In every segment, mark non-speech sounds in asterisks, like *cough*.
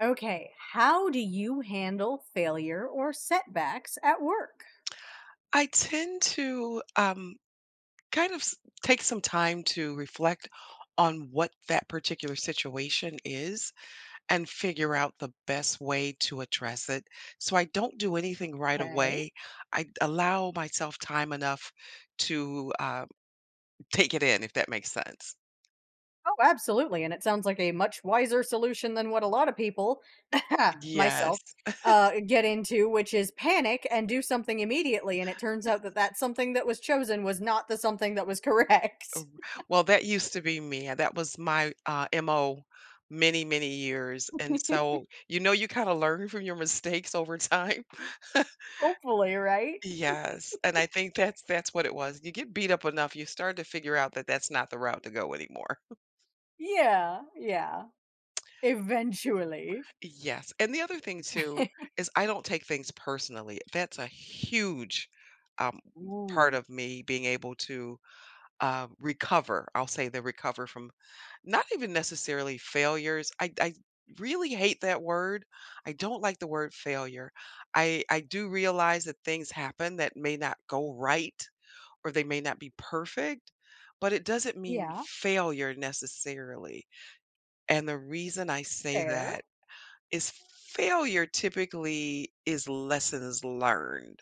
Okay, how do you handle failure or setbacks at work? I tend to kind of take some time to reflect on what that particular situation is and figure out the best way to address it. So I don't do anything right Okay. away. I allow myself time enough to take it in, if that makes sense. Oh, absolutely. And it sounds like a much wiser solution than what a lot of people, *laughs* myself, Yes. Get into, which is panic and do something immediately. And it turns out that that something that was chosen was not the something that was correct. Well, that used to be me. And that was my MO many, many years. And *laughs* so, you kind of learn from your mistakes over time. *laughs* Hopefully, right? Yes, and I think that's what it was. You get beat up enough, you start to figure out that that's not the route to go anymore. Yeah, yeah. Eventually. Yes, and the other thing too *laughs* is I don't take things personally. That's a huge um, part Ooh. of me being able to recover. I'll say the recover from not even necessarily failures. I really hate that word. I don't like the word failure. I do realize that things happen that may not go right or they may not be perfect, but it doesn't mean Yeah, failure necessarily. And the reason I say fair. that is failure typically is lessons learned.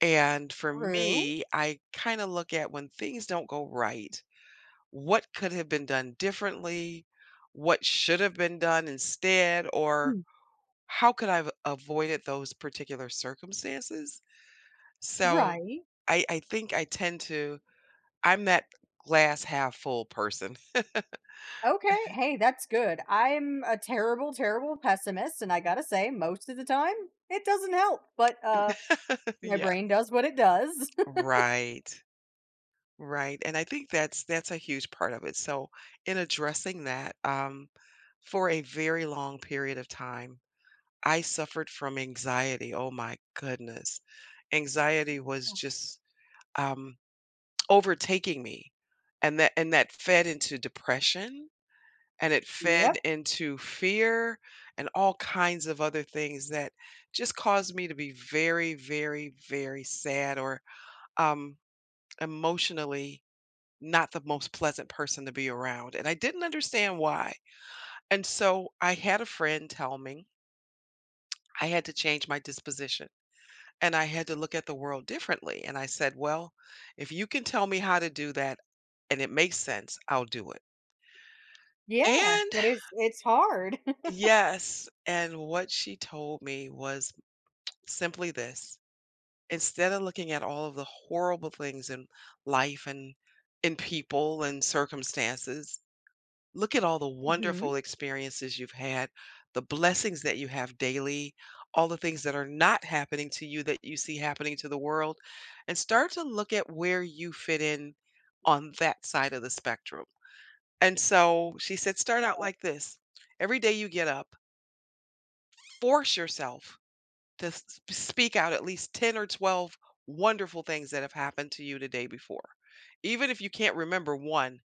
And for True. me, I kind of look at when things don't go right, what could have been done differently? What should have been done instead? Or Hmm. how could I have avoided those particular circumstances? So Right. I think I tend to I'm that glass half full person. Okay, hey, that's good. I'm a terrible, terrible pessimist, and I gotta say, most of the time, it doesn't help. But *laughs* my Yeah. brain does what it does. *laughs* Right. Right. And I think that's a huge part of it. So in addressing that, for a very long period of time, I suffered from anxiety. Oh my goodness. Anxiety was just um overtaking me, and that fed into depression. And it fed Yep. into fear and all kinds of other things that just caused me to be very, very, very sad or um, emotionally not the most pleasant person to be around. And I didn't understand why. And so I had a friend tell me I had to change my disposition and I had to look at the world differently. And I said, well, if you can tell me how to do that and it makes sense, I'll do it. Yeah, And but it's hard. *laughs* yes, and what she told me was simply this: instead of looking at all of the horrible things in life and in people and circumstances, look at all the Mhm. wonderful experiences you've had, the blessings that you have daily, all the things that are not happening to you that you see happening to the world, and start to look at where you fit in on that side of the spectrum. And so she said, start out Yeah. like this. Every day you get up, force yourself to s sp speak out at least 10 or 12 wonderful things that have happened to you the day before. Even if you can't remember one,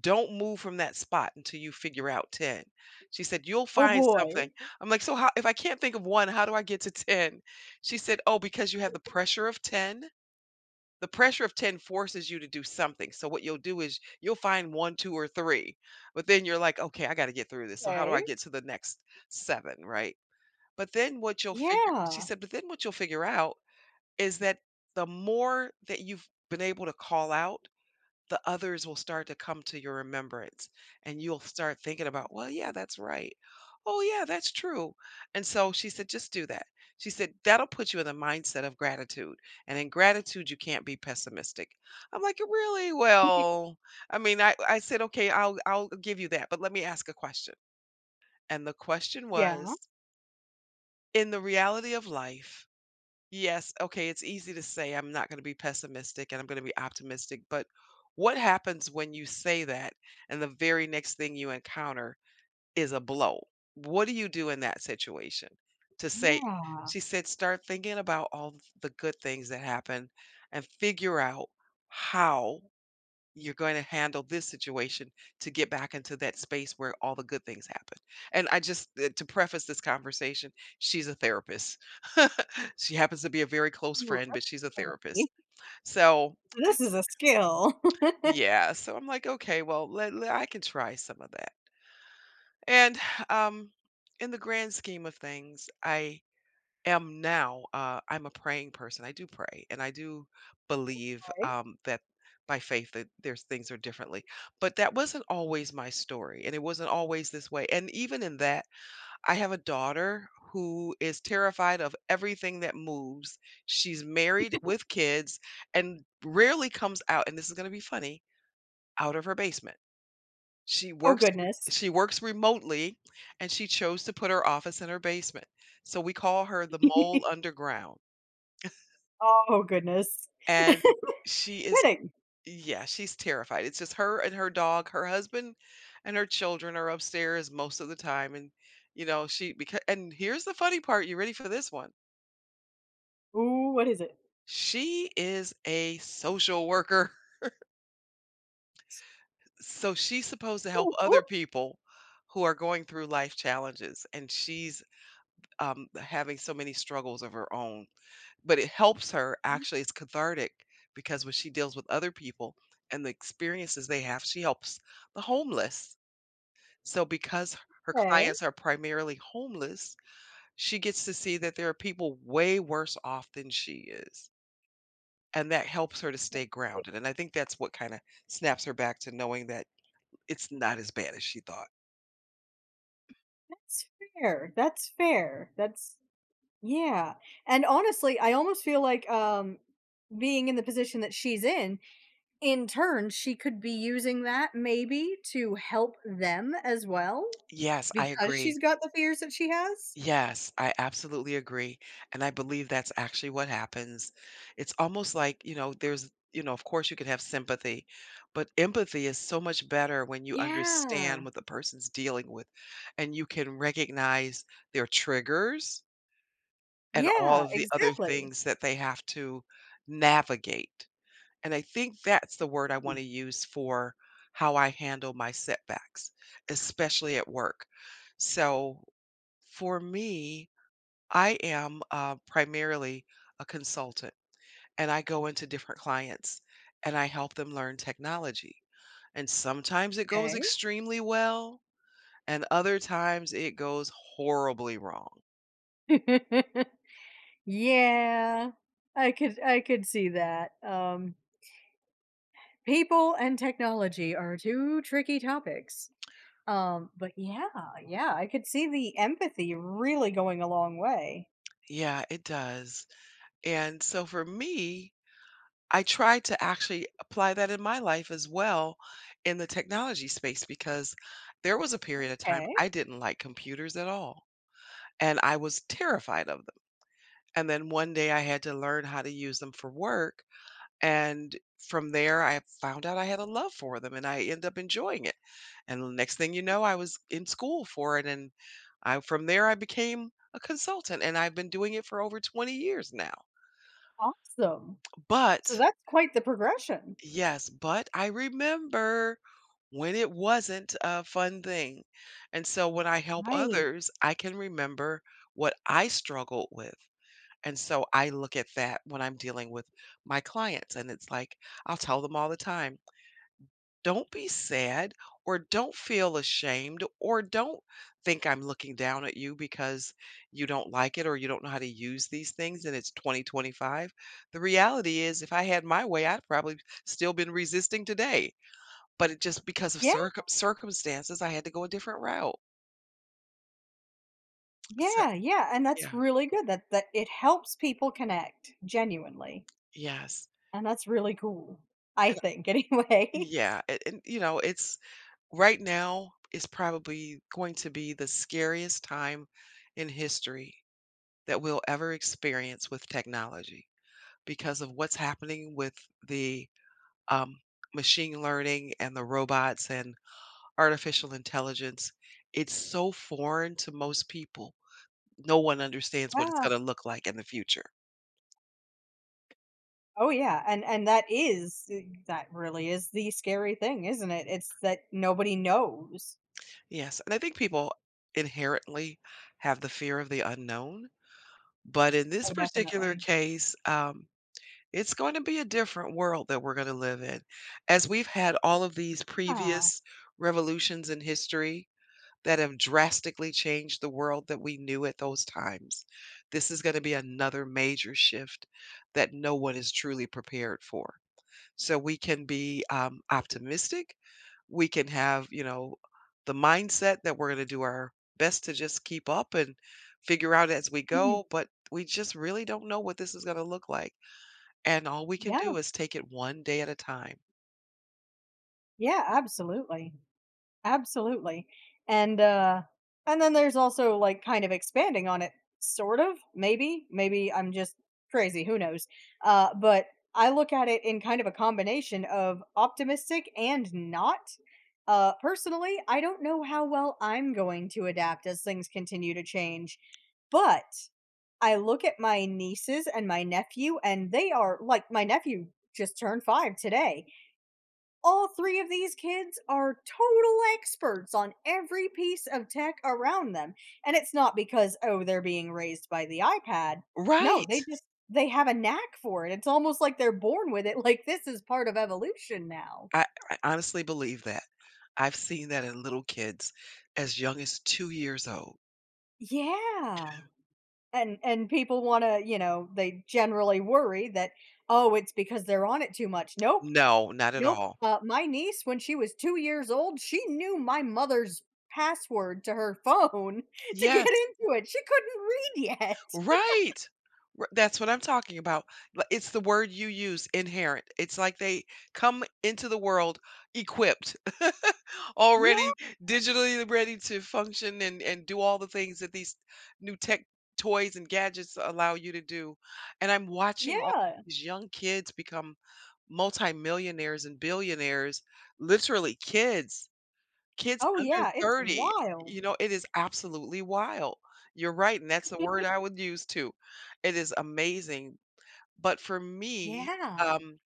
don't move from that spot until you figure out 10. She said, "You'll Oh find something." boy. I'm like, "So how if I can't think of one, how do I get to 10?" She said, "Oh, because you have the pressure of 10. The pressure of 10 forces you to do something. So what you'll do is you'll find one, two, or three, but then you're like, 'Okay, I gotta get through this. So how do I Okay. get to the next seven?'" Right? But then what you'll figure she Yeah. said, "But then what you'll figure out is that the more that you've been able to call out, the others will start to come to your remembrance, and you'll start thinking about, well, yeah, that's right. Oh, yeah, that's true.'" And so she said, "Just do that." She said, "That'll put you in the mindset of gratitude, and in gratitude, you can't be pessimistic." I'm like, "Really? *laughs* Well, I mean, I said, "Okay, I'll give you that, but let me ask a question." And the question Yeah. was, in the reality of life, yes, okay, it's easy to say I'm not gonna be pessimistic and I'm gonna be optimistic, but what happens when you say that and the very next thing you encounter is a blow? What do you do in that situation? to say Yeah. she said, "Start thinking about all the good things that happened and figure out how you're going to handle this situation to get back into that space where all the good things happen." And I just, to preface this conversation, she's a therapist. *laughs* She happens to be a very close Ooh, friend, but she's a okay. therapist. So, I, This is s- a skill. *laughs* yeah. So I'm like, okay, well, I can try some of that. And um, in the grand scheme of things, I am now I'm a praying person. I do pray and I do believe Okay. That by faith that there's things are differently. But that wasn't always my story, and it wasn't always this way. And even in that, I have a daughter who is terrified of everything that moves. She's married with kids and rarely comes out, and this is going to be funny, out of her basement. Oh goodness. She works remotely, and she chose to put her office in her basement, so we call her the mole *laughs* underground. Oh goodness. *laughs* And she is. Fitting. Yeah, she's terrified. It's just her and her dog. Her husband and her children are upstairs most of the time. And, she, because, and here's the funny part. You ready for this one? Ooh, what is it? She is a social worker. *laughs* So she's supposed to *laughs* help Ooh, other people who are going through life challenges. And she's having so many struggles of her own. But it helps her, ooh, actually, it's cathartic because when she deals with other people and the experiences they have, she helps the homeless. So because her okay. clients are primarily homeless, she gets to see that there are people way worse off than she is, and that helps her to stay *laughs* grounded, and I think that's what kinda snaps her back to knowing that it's not as bad as she thought. That's fair, that's fair, that's yeah, and honestly, I almost feel like, being in the position that she's in turn, she could be using that maybe to help them as well, Yes, I because agree. she's got the fears that she has? Yes, I absolutely agree. And I believe that's actually what happens. It's almost like, there's, of course you can have sympathy, but empathy is so much better when you Yeah, understand what the person's dealing with and you can recognize their triggers and all yeah, of the other exactly. things that they have to navigate. And I think that's the word I want to use for how I handle my setbacks, especially at work. So for me, I am primarily a consultant and I go into different clients and I help them learn technology. And sometimes it E, goes okay. extremely well, and other times it goes horribly wrong. *laughs* Yeah, I could see that, people and technology are 2 tricky topics. But yeah, yeah, I could see the empathy really going a long way. Yeah, it does. And so for me, I try to actually apply that in my life as well in the technology space because there was a period of time Okay, I didn't like computers at all. And I was terrified of them. And then one day I had to learn how to use them for work, and from there, I found out I had a love for them, and I ended up enjoying it. And the next thing you know, I was in school for it, and I from there, I became a consultant, and I've been doing it for over 20 years now. awesome. So But that's quite the progression. yes, but I remember when it wasn't a fun thing. And so when I help Right. others, I can remember what I struggled with. And so I look at that when I'm dealing with my clients, and it's like I'll tell them all the time, "Don't be sad or don't feel ashamed or don't think I'm looking down at you because you don't like it or you don't know how to use these things and it's 2025." The reality is, if I had my way, I'd probably still been resisting today, but it just because of Yeah, circumstances, I had to go a different route. So yeah, yeah. And that's yeah, really good that it helps people connect genuinely. yes. And that's really cool. I And think *laughs* anyway. yeah, and it's right now is probably going to be the scariest time in history that we'll ever experience with technology because of what's happening with the um, machine learning and the robots and artificial intelligence. It's so foreign to most people. No one understands what it's Yeah. going to look like in the future. Oh yeah. And that is eh, that really is the scary thing, isn't it? It's that nobody knows. Yes. And I think people inherently have the fear of the unknown. But in this Oh, particular definitely. case, it's going to be a different world that we're gonna live in. As we've had all of these Yeah. previous revolutions in history that have drastically changed the world that we knew at those times, this is gonna be another major shift that no one is truly prepared for. So we can be, optimistic, we can have, the mindset that we're gonna do our best to just keep up and figure out as we Mhm. go, but we just really don't know what this is gonna look like. And all we can Yeah. do is take it one day at a time. Yeah, absolutely. Absolutely. And, and then there's also, like, kind of expanding on it, sort of, maybe. Maybe I'm just crazy, who knows? But I look at it in kind of a combination of optimistic and not. Personally, I don't know how well I'm going to adapt as things continue to change, but I look at my nieces and my nephew, and they are like, my nephew just turned 5 today, all three of these kids are total experts on every piece of tech around them, and it's not because, oh, they're being raised by the iPad. No, Right. they just they have a knack for it. It's almost like they're born with it, *laughs* like this is part of evolution now. I honestly believe that. I've seen that in little kids as young as 2 years old. Yeah. And people want to, you know, they generally worry that, oh, it's because they're on it too much. Nope. No, not at Nope, all. My niece, when she was 2 years old, she knew my mother's password to her phone *laughs* to get Yes. into it, she couldn't read yet. Right. That's what I'm talking about. It's the word you use, inherent. It's like they come into the world equipped, *laughs* already Yeah, digitally ready to function and do all the things that these new tech toys and gadgets allow you to do. And I'm watching all yeah. these young kids become multimillionaires and billionaires, literally kids, Oh, under yeah, it's 30, wild. you know, it is absolutely wild. You're right, and that's the word I would use too. It is amazing. But for me, Yeah. um,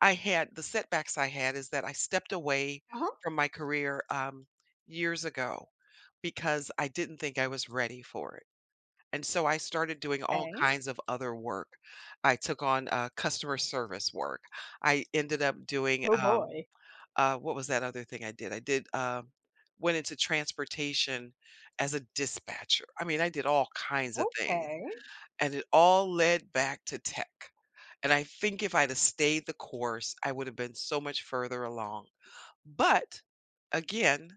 I had the setbacks I had is that I stepped away from my career, years ago because I didn't think I was ready for it. And so I started doing all Okay. kinds of other work. I took on, customer service work. I ended up doing, Oh, boy. What was that other thing I did? I did went into transportation as a dispatcher. I mean, I did all kinds of things, Okay. and it all led back to tech. And I think if I'd have stayed the course, I would have been so much further along. But again,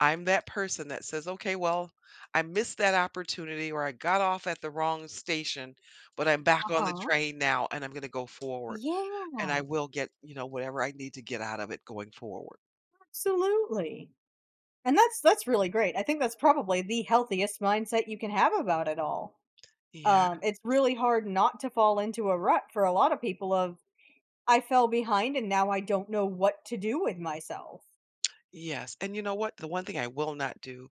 I'm that person that says, okay, well, I missed that opportunity or I got off at the wrong station, but I'm back on the Uh-huh. train now and I'm going to go forward and I Yeah, will get, whatever I need to get out of it going forward. absolutely, and that's really great, I think that's probably the healthiest mindset you can have about it all. Yeah. It's really hard not to fall into a rut for a lot of people of I fell behind and now I don't know what to do with myself. Yes, and you know what? The one thing I will not do,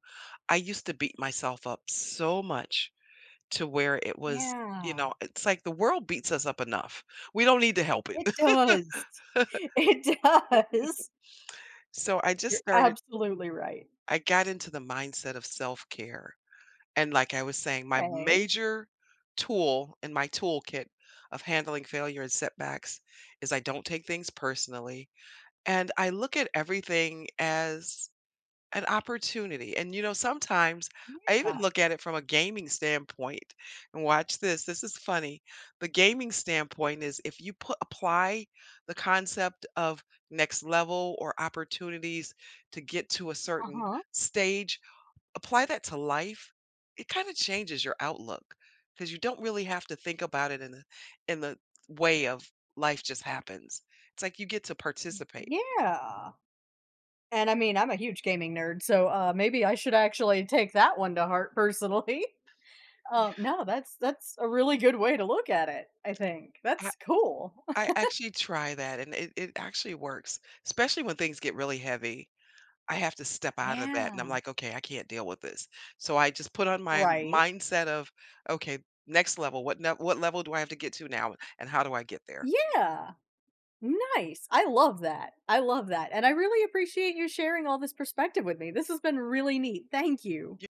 I used to beat myself up so much to where it was, Yeah, it's like the world beats us up enough. We don't need to help it. it does. *laughs* *laughs* It does. So You're absolutely right. I got into the mindset of self care. And like I was saying, my Okay. major tool in my toolkit of handling failure and setbacks is I don't take things personally. And I look at everything as an opportunity, and, sometimes I even Yeah. look at it from a gaming standpoint, and watch this, this is funny. The gaming standpoint is if you put apply the concept of next level or opportunities to get to a certain Uh-huh. stage, apply that to life, it kinda changes your outlook because you don't really have to think about it in the way of life just happens. It's like you get to participate. Yeah. And I mean, I'm a huge gaming nerd, so, maybe I should actually take that one to heart personally. *laughs* Yeah. No, that's a really good way to look at it, I think. That's cool. I *laughs* actually try that, and it actually works, especially when things get really heavy. I have to step out of that, and I'm Yeah. like, "Okay, I can't deal with this." So I just put on my Right. mindset of, "Okay, next level. What level do I have to get to now, and how do I get there?" Yeah. Nice. I love that. I love that, and I really appreciate you sharing all this perspective with me. This has been really neat. Thank you.